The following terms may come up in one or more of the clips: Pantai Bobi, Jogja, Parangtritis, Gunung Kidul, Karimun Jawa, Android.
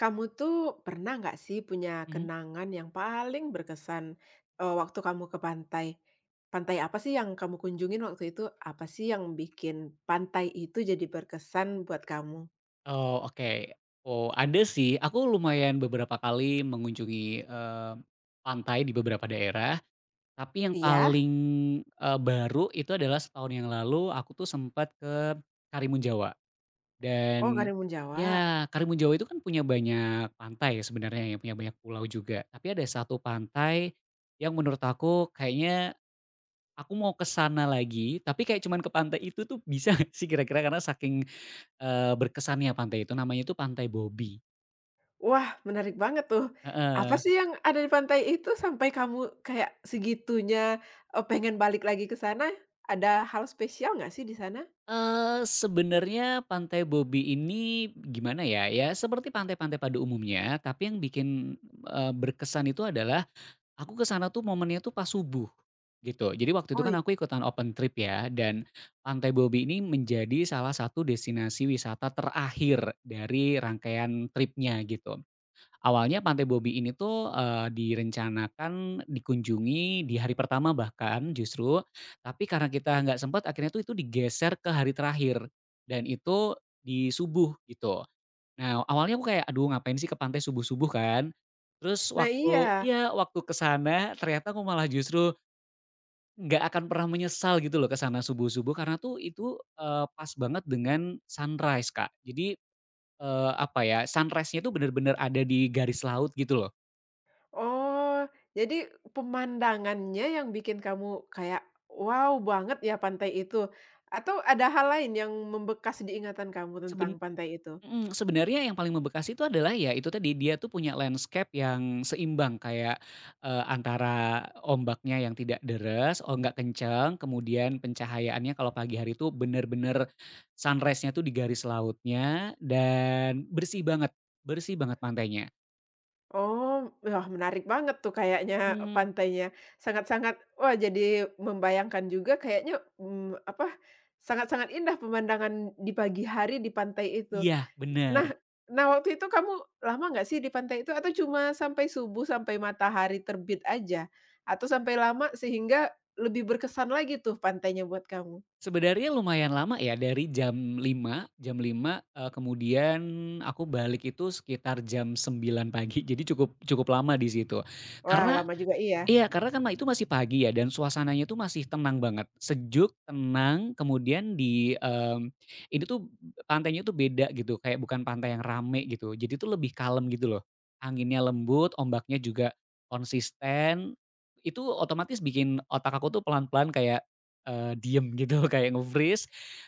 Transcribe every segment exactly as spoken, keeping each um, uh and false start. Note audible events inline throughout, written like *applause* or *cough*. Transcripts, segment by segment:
Kamu tuh pernah nggak sih punya Mhm. kenangan yang paling berkesan, eee, waktu kamu ke pantai? Pantai apa sih yang kamu kunjungin waktu itu? Apa sih yang bikin pantai itu jadi berkesan buat kamu? Oh, oke. Oh, ada sih. Aku lumayan beberapa kali mengunjungi, eee, pantai di beberapa daerah, tapi yang Iya? paling, eee, baru itu adalah setahun yang lalu aku tuh sempat ke Karimun Jawa. Oh, Dan Karimun Jawa. ya, Karimun Jawa itu kan punya banyak pantai sebenarnya yang punya banyak pulau juga. Tapi ada satu pantai yang menurut aku kayaknya aku mau ke sana lagi, tapi kayak cuman ke pantai itu tuh bisa nggak sih kira-kira? Karena saking Eee, berkesannya pantai itu, namanya itu Pantai Bobi. Wah, menarik banget tuh. Apa Heeh. sih yang ada di pantai itu sampai kamu kayak segitunya, eee, pengen balik lagi ke sana? Ada hal spesial nggak sih di sana? Eee, sebenarnya Pantai Bobi ini gimana ya, ya seperti pantai-pantai pada umumnya, tapi yang bikin, eee, berkesan itu adalah aku ke sana tuh momennya tuh pas subuh, gitu. Jadi waktu itu Oh, i kan aku ikutan open trip ya dan Pantai Bobi ini menjadi salah satu destinasi wisata terakhir dari rangkaian trip-nya gitu. Awalnya Pantai Bobi ini tuh, eee, direncanakan dikunjungi di hari pertama bahkan justru, tapi karena kita nggak sempet akhirnya tuh itu digeser ke hari terakhir, dan itu di subuh gitu. Nah, awalnya aku kayak, "Aduh, ngapain sih ke pantai subuh-subuh," kan. Terus nah waktu iya. iya, waktu ke sana ternyata aku malah justru nggak akan pernah menyesal gitu loh ke sana subuh-subuh karena tuh itu, eee, pas banget dengan sunrise Kak. Jadi, eee, apa ya, sunrise-nya tuh bener-bener ada di garis laut gitu loh. Oh, jadi pemandangannya yang bikin kamu kayak, "Wow banget ya pantai itu." Atau ada hal lain yang membekas di ingatan kamu tentang Seben pantai itu? mhm, sebenarnya yang paling membekas itu adalah ya itu tadi, dia tuh punya landscape yang seimbang kayak, eee, antara ombaknya yang tidak deres, oh nggak kenceng, kemudian pencahayaannya kalau pagi hari itu bener-bener sunrise-nya tuh di garis lautnya dan bersih banget bersih banget pantainya. Oh, wah menarik banget tuh kayaknya Mmm. pantainya. Sangat-sangat wah jadi membayangkan juga kayaknya, mmm, apa, sangat-sangat indah pemandangan di pagi hari di pantai itu. Iya, Nah bener. nah waktu itu kamu lama nggak sih di pantai itu atau cuma sampai subuh, sampai matahari terbit aja? Atau sampai lama sehingga lebih berkesan lagi tuh pantainya buat kamu? Sebenarnya lumayan lama ya dari jam lima jam lima eee, kemudian aku balik itu sekitar jam sembilan pagi. Jadi cukup cukup lama di situ. Wah Karena lama juga iya? Iya, karena kan ma itu masih pagi ya dan suasananya tuh masih tenang banget, sejuk, tenang, kemudian di, mmm, ini tuh pantainya tuh beda gitu, kayak bukan pantai yang rame gitu, jadi tuh lebih kalem gitu loh. Anginnya lembut, ombaknya juga konsisten, itu otomatis bikin otak aku tuh pelan-pelan kayak, eee, diem gitu, *laughs* kayak nge-freeze,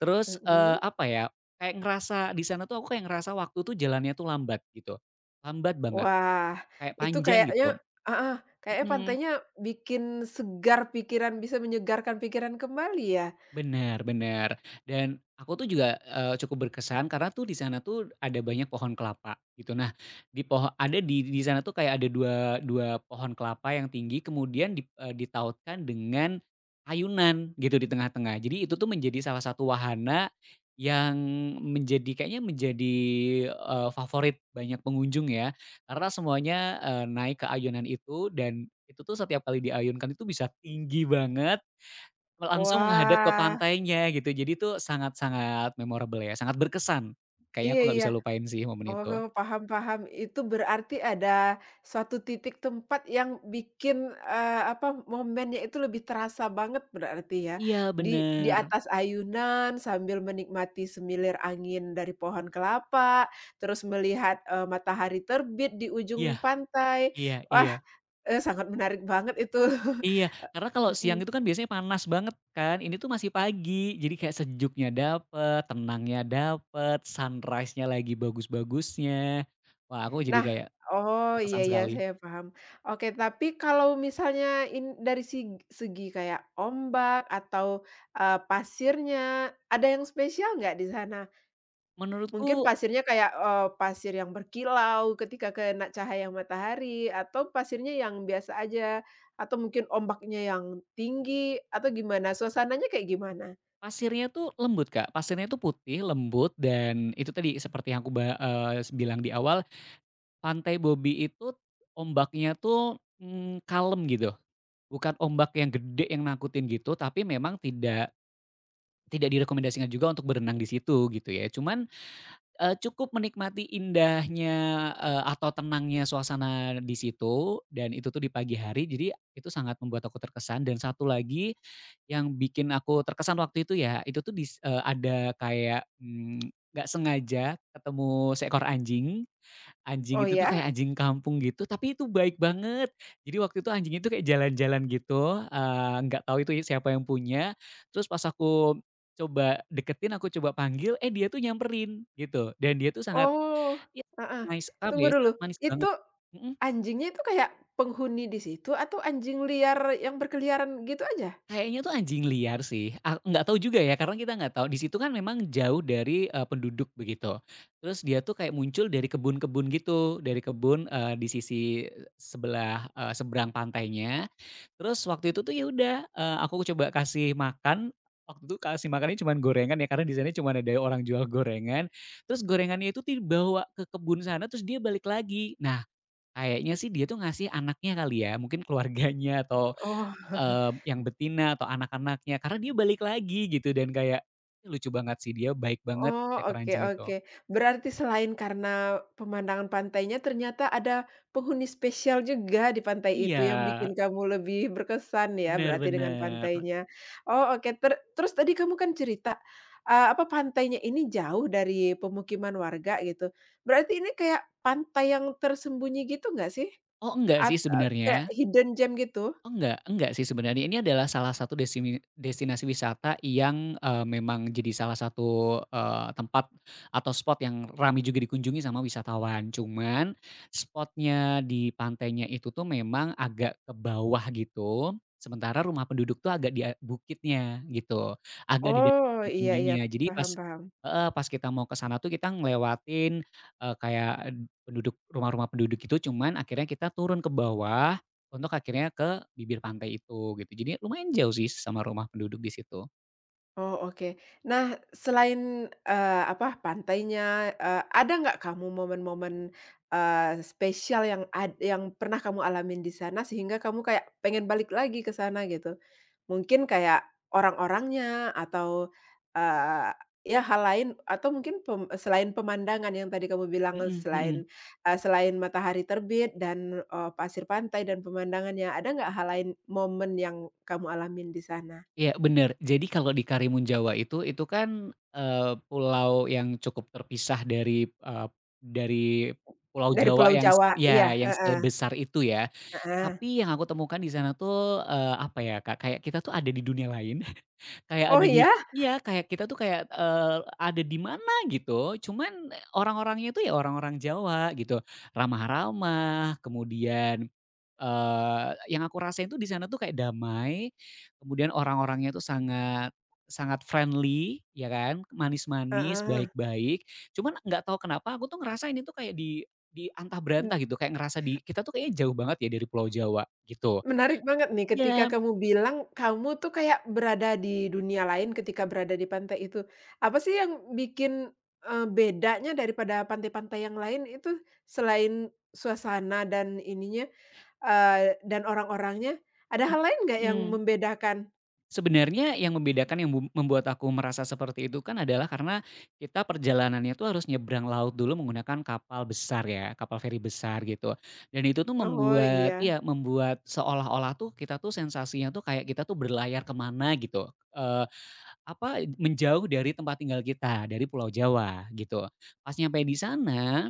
terus, eee, Mhm. apa ya, kayak ngerasa di sana tuh aku kayak ngerasa waktu tuh jalannya tuh lambat gitu, lambat banget, Wah kayak itu panjang kayaknya gitu. heeh, kayaknya Mhm. pantainya bikin segar pikiran, bisa menyegarkan pikiran kembali ya? Benar-benar. Dan aku tuh juga, eee, cukup berkesan karena tuh di sana tuh ada banyak pohon kelapa gitu. Nah, di pohon ada di di sana tuh kayak ada dua dua pohon kelapa yang tinggi kemudian dip eee, ditautkan dengan ayunan gitu di tengah-tengah. Jadi itu tuh menjadi salah satu wahana yang menjadi kayaknya menjadi, eee, favorit banyak pengunjung ya. Karena semuanya, eee, naik ke ayunan itu dan itu tuh setiap kali diayunkan itu bisa tinggi banget. Langsung menghadap ke Wah, pantainya gitu, jadi itu sangat-sangat memorable ya, sangat berkesan. Kayaknya iya aku nggak iya. bisa lupain sih momen Oh, itu. oh, paham paham. Itu berarti ada suatu titik tempat yang bikin, eee, apa, momennya itu lebih terasa banget berarti ya? Iya, Di di bener. atas ayunan sambil menikmati semilir angin dari pohon kelapa, terus melihat, eee, matahari terbit di ujung Iya, pantai. iya, Wah, iya, eee, sangat menarik banget itu. *laughs* iya, karena kalau E mhm. siang itu kan biasanya panas banget kan, ini tuh masih pagi, jadi kayak sejuknya dapet, tenangnya dapet, sunrise-nya lagi bagus-bagusnya. Wah, aku jadi Nah kayak oh, iya terkesan iya, sekali. saya paham. Oke, tapi kalau misalnya in dari sig segi kayak ombak atau, eee, pasirnya, ada yang spesial nggak di sana? Mungkin Menurutku pasirnya kayak, eee, pasir yang berkilau ketika kena cahaya matahari, atau pasirnya yang biasa aja, atau mungkin ombaknya yang tinggi, atau gimana? Suasananya kayak gimana? pasirnya tuh lembut Kak, pasirnya tuh putih, lembut, dan itu tadi seperti yang aku ba eee, bilang di awal Pantai Bobi itu ombaknya tuh, mmm, kalem gitu. Bukan ombak yang gede yang nakutin gitu, tapi memang tidak tidak direkomendasikan juga untuk berenang di situ gitu ya. Cuman, eee, cukup menikmati indahnya, eee, atau tenangnya suasana di situ dan itu tuh di pagi hari. Jadi itu sangat membuat aku terkesan dan satu lagi yang bikin aku terkesan waktu itu ya, itu tuh dis eee, ada kayak, mmm, nggak sengaja ketemu seekor anjing. Anjing Oh, itu tuh ya? kayak anjing kampung gitu, tapi itu baik banget. Jadi waktu itu anjing itu kayak jalan-jalan gitu, eee, nggak tahu itu siapa yang punya. Terus pas aku coba deketin, aku coba panggil, eh dia tuh nyamperin gitu, dan dia tuh sangat Oh, ya heeh. nice, apa Tunggu ya, dulu, sangat manis itu banget. Mhm. anjingnya itu kayak penghuni di situ atau anjing liar yang berkeliaran gitu aja? Kayaknya tuh anjing liar sih, ak nggak tahu juga ya karena kita nggak tahu, di situ kan memang jauh dari, eee, penduduk begitu. Terus dia tuh kayak muncul dari kebun-kebun gitu, dari kebun, eee, di sisi sebelah, eee, seberang pantainya. Terus waktu itu tuh ya udah, eee, aku coba kasih makan, waktu itu kasih makannya cuman gorengan ya karena di sana cuma ada orang jual gorengan, terus gorengannya itu dibawa ke kebun sana terus dia balik lagi. Nah, kayaknya sih dia tuh ngasih anaknya kali ya, mungkin keluarganya atau Oh. Eee, yang betina atau anak-anaknya, karena dia balik lagi gitu dan kayak, lucu banget sih dia baik banget Oh, si ekor oke anjing itu. oke. Berarti selain karena pemandangan pantainya, ternyata ada penghuni spesial juga di pantai itu Iya, yang bikin kamu lebih berkesan ya, bener berarti dengan bener. pantainya. Oh, oke. Ter terus tadi kamu kan cerita, eee, apa, pantainya ini jauh dari pemukiman warga gitu. Berarti ini kayak pantai yang tersembunyi gitu nggak sih? Oh, enggak At sih kayak sebenarnya. hidden gem gitu? Oh, enggak enggak sih sebenarnya, ini adalah salah satu desimi destinasi wisata yang, eee, memang jadi salah satu, eee, tempat atau spot yang ramai juga dikunjungi sama wisatawan. Cuman spotnya di pantainya itu tuh memang agak ke bawah gitu, sementara rumah penduduk tuh agak di a bukitnya gitu, agak di Oh, dataran iya iya, tingginya. Jadi pas paham paham. heeh, pas kita mau ke sana tuh kita ngelewatin, eee, kayak, eh, penduduk rumah-rumah penduduk itu, cuman akhirnya kita turun ke bawah untuk akhirnya ke bibir pantai itu gitu. Jadi lumayan jauh sih sama rumah penduduk di situ. Oh, oke. Nah, selain, eee, apa, pantainya, eee, ada nggak kamu momen-momen, eee, spesial yang ad yang pernah kamu alamin di sana sehingga kamu kayak pengen balik lagi ke sana gitu? Mungkin kayak orang-orangnya atau, eee, ya hal lain atau mungkin pem selain pemandangan yang tadi kamu bilang, Mhm, mhm. selain, eee, selain matahari terbit dan, eee, pasir pantai dan pemandangannya, ada nggak hal lain momen yang kamu alamin di sana? Iya, bener. Jadi kalau di Karimun Jawa itu, itu kan, eee, pulau yang cukup terpisah dari, eee, dari Pulau Dari Jawa Pulau yang s Jawa, iya, ya yang heeh sebesar itu ya. heeh. Tapi yang aku temukan di sana tuh, eee, apa ya Kak, kayak kita tuh ada di dunia lain. Kayak Oh ada di iya? Iya, kayak kita tuh kayak, eee, ada di mana gitu, cuman orang-orangnya tuh ya orang-orang Jawa gitu, ramah-ramah, kemudian, eee, yang aku rasain tuh di sana tuh kayak damai, kemudian orang-orangnya tuh sangat sangat friendly ya kan, manis-manis, Heeh. baik-baik, cuman nggak tahu kenapa aku tuh ngerasa ini tuh kayak di di antah M berantah gitu, kayak ngerasa di kita tuh kayaknya jauh banget ya dari Pulau Jawa gitu. menarik banget nih ketika Iya. kamu bilang kamu tuh kayak berada di dunia lain ketika berada di pantai itu. Apa sih yang bikin, eee, bedanya daripada pantai-pantai yang lain itu selain suasana dan ininya, eee, dan orang-orangnya, ada hal lain nggak yang Mmm. membedakan? Sebenarnya yang membedakan yang mem membuat aku merasa seperti itu kan adalah karena kita perjalanannya tuh harus nyebrang laut dulu menggunakan kapal besar ya, kapal feri besar gitu. Dan itu tuh Oh membuat iya, iya membuat seolah-olah tuh kita tuh sensasinya tuh kayak kita tuh berlayar kemana gitu. Eh, apa, menjauh dari tempat tinggal kita, dari Pulau Jawa gitu. Pas nyampe di sana,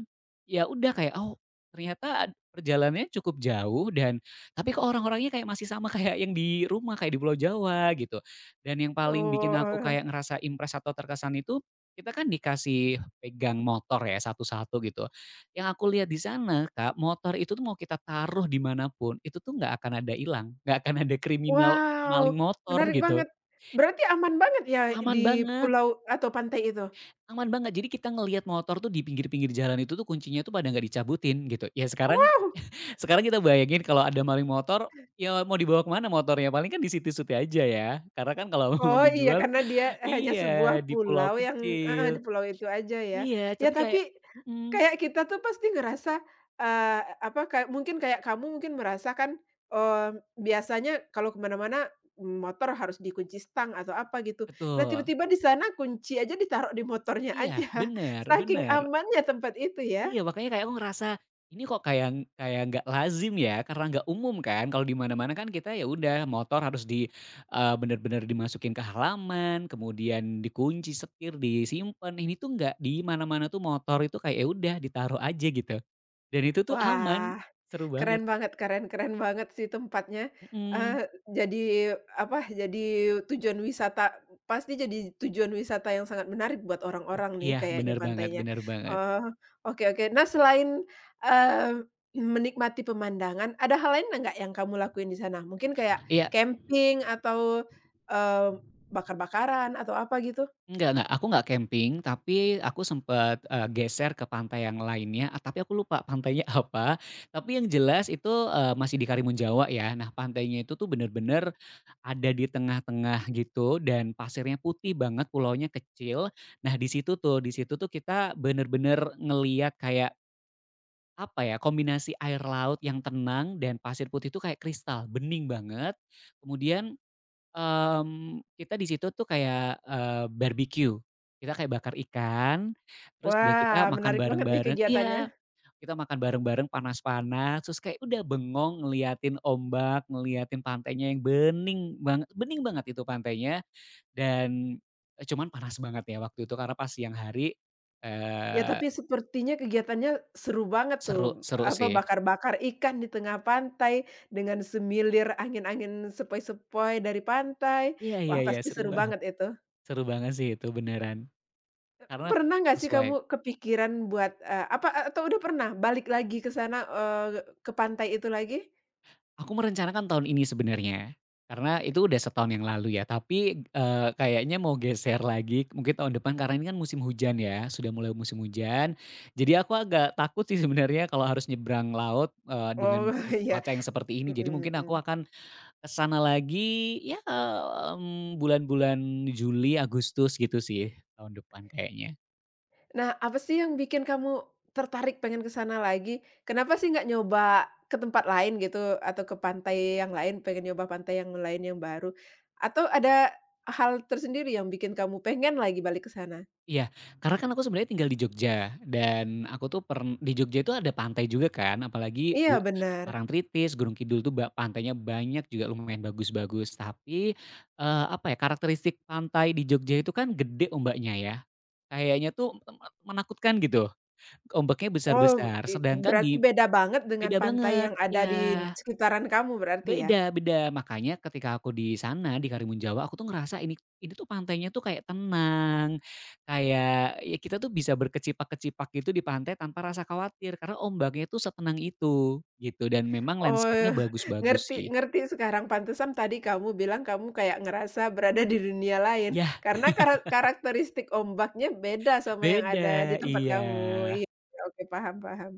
ya udah kayak, oh ternyata ad perjalanannya cukup jauh dan tapi kok orang-orangnya kayak masih sama kayak yang di rumah, kayak di Pulau Jawa gitu. Dan yang paling bikin oh, aku heeh. kayak ngerasa impress atau terkesan itu, kita kan dikasih pegang motor ya satu-satu gitu. Yang aku lihat di sana Kak, motor itu tuh mau kita taruh dimanapun itu tuh nggak akan ada hilang, nggak akan ada kriminal maling Wow, motor menarik gitu, banget. Berarti aman banget ya aman di banget. pulau atau pantai itu? Aman banget, jadi kita ngelihat motor tuh di pinggir-pinggir jalan itu tuh kuncinya tuh pada nggak dicabutin gitu. Ya sekarang Wow! sekarang kita bayangin kalau ada maling motor, ya mau dibawa kemana motornya, paling kan di situ-situ aja ya. Karena kan kalau *laughs* mau Oh iya dijual karena dia hanya iya, sebuah di pulau pulau yang heeh, di kecil. pulau itu aja ya. Iya, Ya tapi kayak, tapi mhm, kayak kita tuh pasti ngerasa, eee, apa kayak mungkin kayak kamu mungkin merasakan, eee, biasanya kalau kemana mana-mana motor harus dikunci stang atau apa gitu. Nah betul. tiba-tiba di sana kunci aja ditaruh di motornya Iya, aja, *laughs* bener saking bener. amannya tempat itu ya. Iya, makanya kayak aku ngerasa, ini kok kayak kayak nggak lazim ya, karena nggak umum kan, kalau di mana-mana kan kita ya udah motor harus di eee, bener-bener dimasukin ke halaman, kemudian dikunci setir, disimpan, ini tuh nggak, di mana-mana tuh motor itu kayak ya udah ditaruh aja gitu, dan itu tuh aman, Wah. seru banget. Keren banget keren keren banget sih tempatnya, Mhm, eee, jadi apa, jadi tujuan wisata pasti jadi tujuan wisata yang sangat menarik buat orang-orang nih iya kayaknya bener banget pantainya. bener banget. Oh, oke oke. Nah selain, eee, menikmati pemandangan, ada hal lain enggak yang kamu lakuin di sana? Mungkin kayak Iya. camping atau, eee, bakar-bakaran atau apa gitu? Enggak enggak, aku nggak camping, tapi aku sempat eee, geser ke pantai yang lainnya, eee, tapi aku lupa pantainya *laughs* apa, tapi yang jelas itu, eee, masih di Karimun Jawa ya. Nah, pantainya itu tuh bener-bener ada di tengah-tengah gitu dan pasirnya putih banget, pulaunya kecil. Nah, di situ tuh di situ tuh kita bener-bener ngelihat kayak, apa ya, kombinasi air laut yang tenang dan pasir putih itu kayak kristal, bening banget, kemudian Mmm, kita di situ tuh kayak, eee, barbeque. Kita kayak bakar ikan, terus udah kita Wah, makan menarik banget nih bareng-bareng kegiatannya. iya, kita makan bareng-bareng panas-panas, terus kayak udah bengong ngeliatin ombak, ngeliatin pantainya yang bening banget bening banget itu pantainya dan, eee, cuman panas banget ya waktu itu karena pas siang hari, Ya eee, tapi sepertinya kegiatannya seru banget seru tuh, seru apa, sih. bakar-bakar ikan di tengah pantai dengan semilir angin-angin sepoi-sepoi dari pantai. Iya, iya, Wah iya, pasti seru seru banget banget itu. seru banget sih itu beneran, karena Pernah nggak sih sesuai. kamu kepikiran buat, eee, apa a atau udah pernah balik lagi ke sana, eee, ke pantai itu lagi? Aku merencanakan tahun ini sebenarnya, karena itu udah setahun yang lalu ya, tapi, eee, kayaknya mau geser lagi mungkin tahun depan karena ini kan musim hujan ya, sudah mulai musim hujan. Jadi aku agak takut sih sebenarnya kalau harus nyebrang laut, eee, dengan Oh mu- *laughs* iya, cuaca yang seperti ini. Jadi mhm mungkin aku mhm. akan ke sana lagi ya, mmm, bulan-bulan Juli, Agustus gitu sih tahun depan kayaknya. Nah, apa sih yang bikin kamu tertarik pengen ke sana lagi? Kenapa sih nggak nyoba ke tempat lain gitu atau ke pantai yang lain, pengen nyoba pantai yang lain yang baru? Atau ada hal tersendiri yang bikin kamu pengen lagi balik ke sana? Iya, karena kan aku sebenarnya tinggal di Jogja dan aku tuh pern di Jogja itu ada pantai juga kan, apalagi Iya, gu benar. Parangtritis, Gunung Kidul tuh ba pantainya banyak juga lumayan bagus-bagus. Tapi, eee, apa ya, karakteristik pantai di Jogja itu kan gede ombaknya ya, kayaknya tuh me me menakutkan gitu, ombaknya Oh, besar-besar, i sedangkan berarti di beda banget dengan beda pantai banget, yang ada iya. di sekitaran kamu berarti ya? Beda beda, makanya ketika aku di sana, di Karimun Jawa, aku tuh ngerasa ini ini tuh pantainya tuh kayak tenang, kayak ya kita tuh bisa berkecipak-kecipak gitu di pantai tanpa rasa khawatir, karena ombaknya tuh setenang itu, gitu, dan memang Oh, landscape-nya *laughs* bagus-bagus ngerti sih. ngerti sekarang, pantesan tadi kamu bilang kamu kayak ngerasa berada di dunia lain, Yah, karena kara karakteristik ombaknya beda sama yang beda, ada di tempat iya. kamu. Iya, oke, paham paham.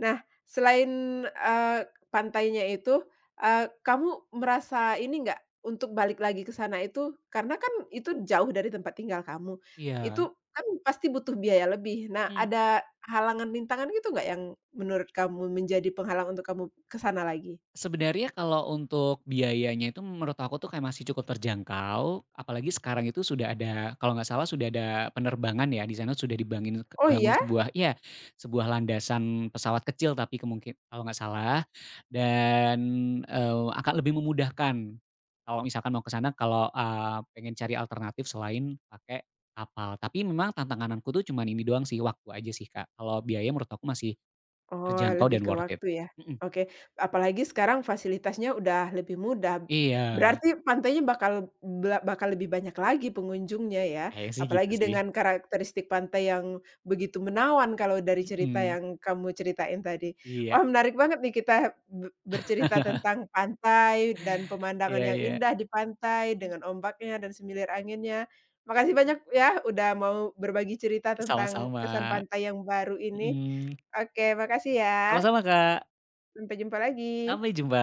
Nah, selain, eee, pantainya itu, eee, kamu merasa ini nggak, untuk balik lagi ke sana itu karena kan itu jauh dari tempat tinggal kamu, itu Iya. kan pasti butuh biaya lebih. Nah, ada halangan rintangan gitu nggak yang menurut kamu menjadi penghalang untuk kamu ke sana lagi? Sebenarnya kalau untuk biayanya itu menurut aku tuh kayak masih cukup terjangkau, apalagi sekarang itu sudah ada kalau nggak salah sudah ada penerbangan ya, di sana sudah dibangun Oh bangun iya? sebuah iya, sebuah landasan pesawat kecil tapi kemungkin kalau nggak salah dan, eee, akan lebih memudahkan kalau misalkan mau ke sana kalau, eee, pengen cari alternatif selain pakai kapal. Tapi memang tantanganku tuh cuman ini doang sih, waktu aja sih, Kak. Kalau biaya menurut aku masih Oh, terjangkau dan lebih ke worth it. waktu ya? Mhm, Oke, apalagi sekarang fasilitasnya udah lebih mudah. iya. Berarti pantainya bakal bla bakal lebih banyak lagi pengunjungnya ya? Kayaknya sih gitu Apalagi sih, dengan karakteristik pantai yang begitu menawan kalau dari cerita mhm, yang kamu ceritain tadi. iya, Wah, menarik banget nih kita be bercerita tentang pantai dan pemandangan iya, yang iya, indah di pantai dengan ombaknya dan semilir anginnya. Makasih banyak ya udah mau berbagi cerita tentang kesan sama-sama, pantai yang baru ini. mhm, Oke, makasih ya. sama-sama Kak, Sampai jumpa lagi. sampai jumpa.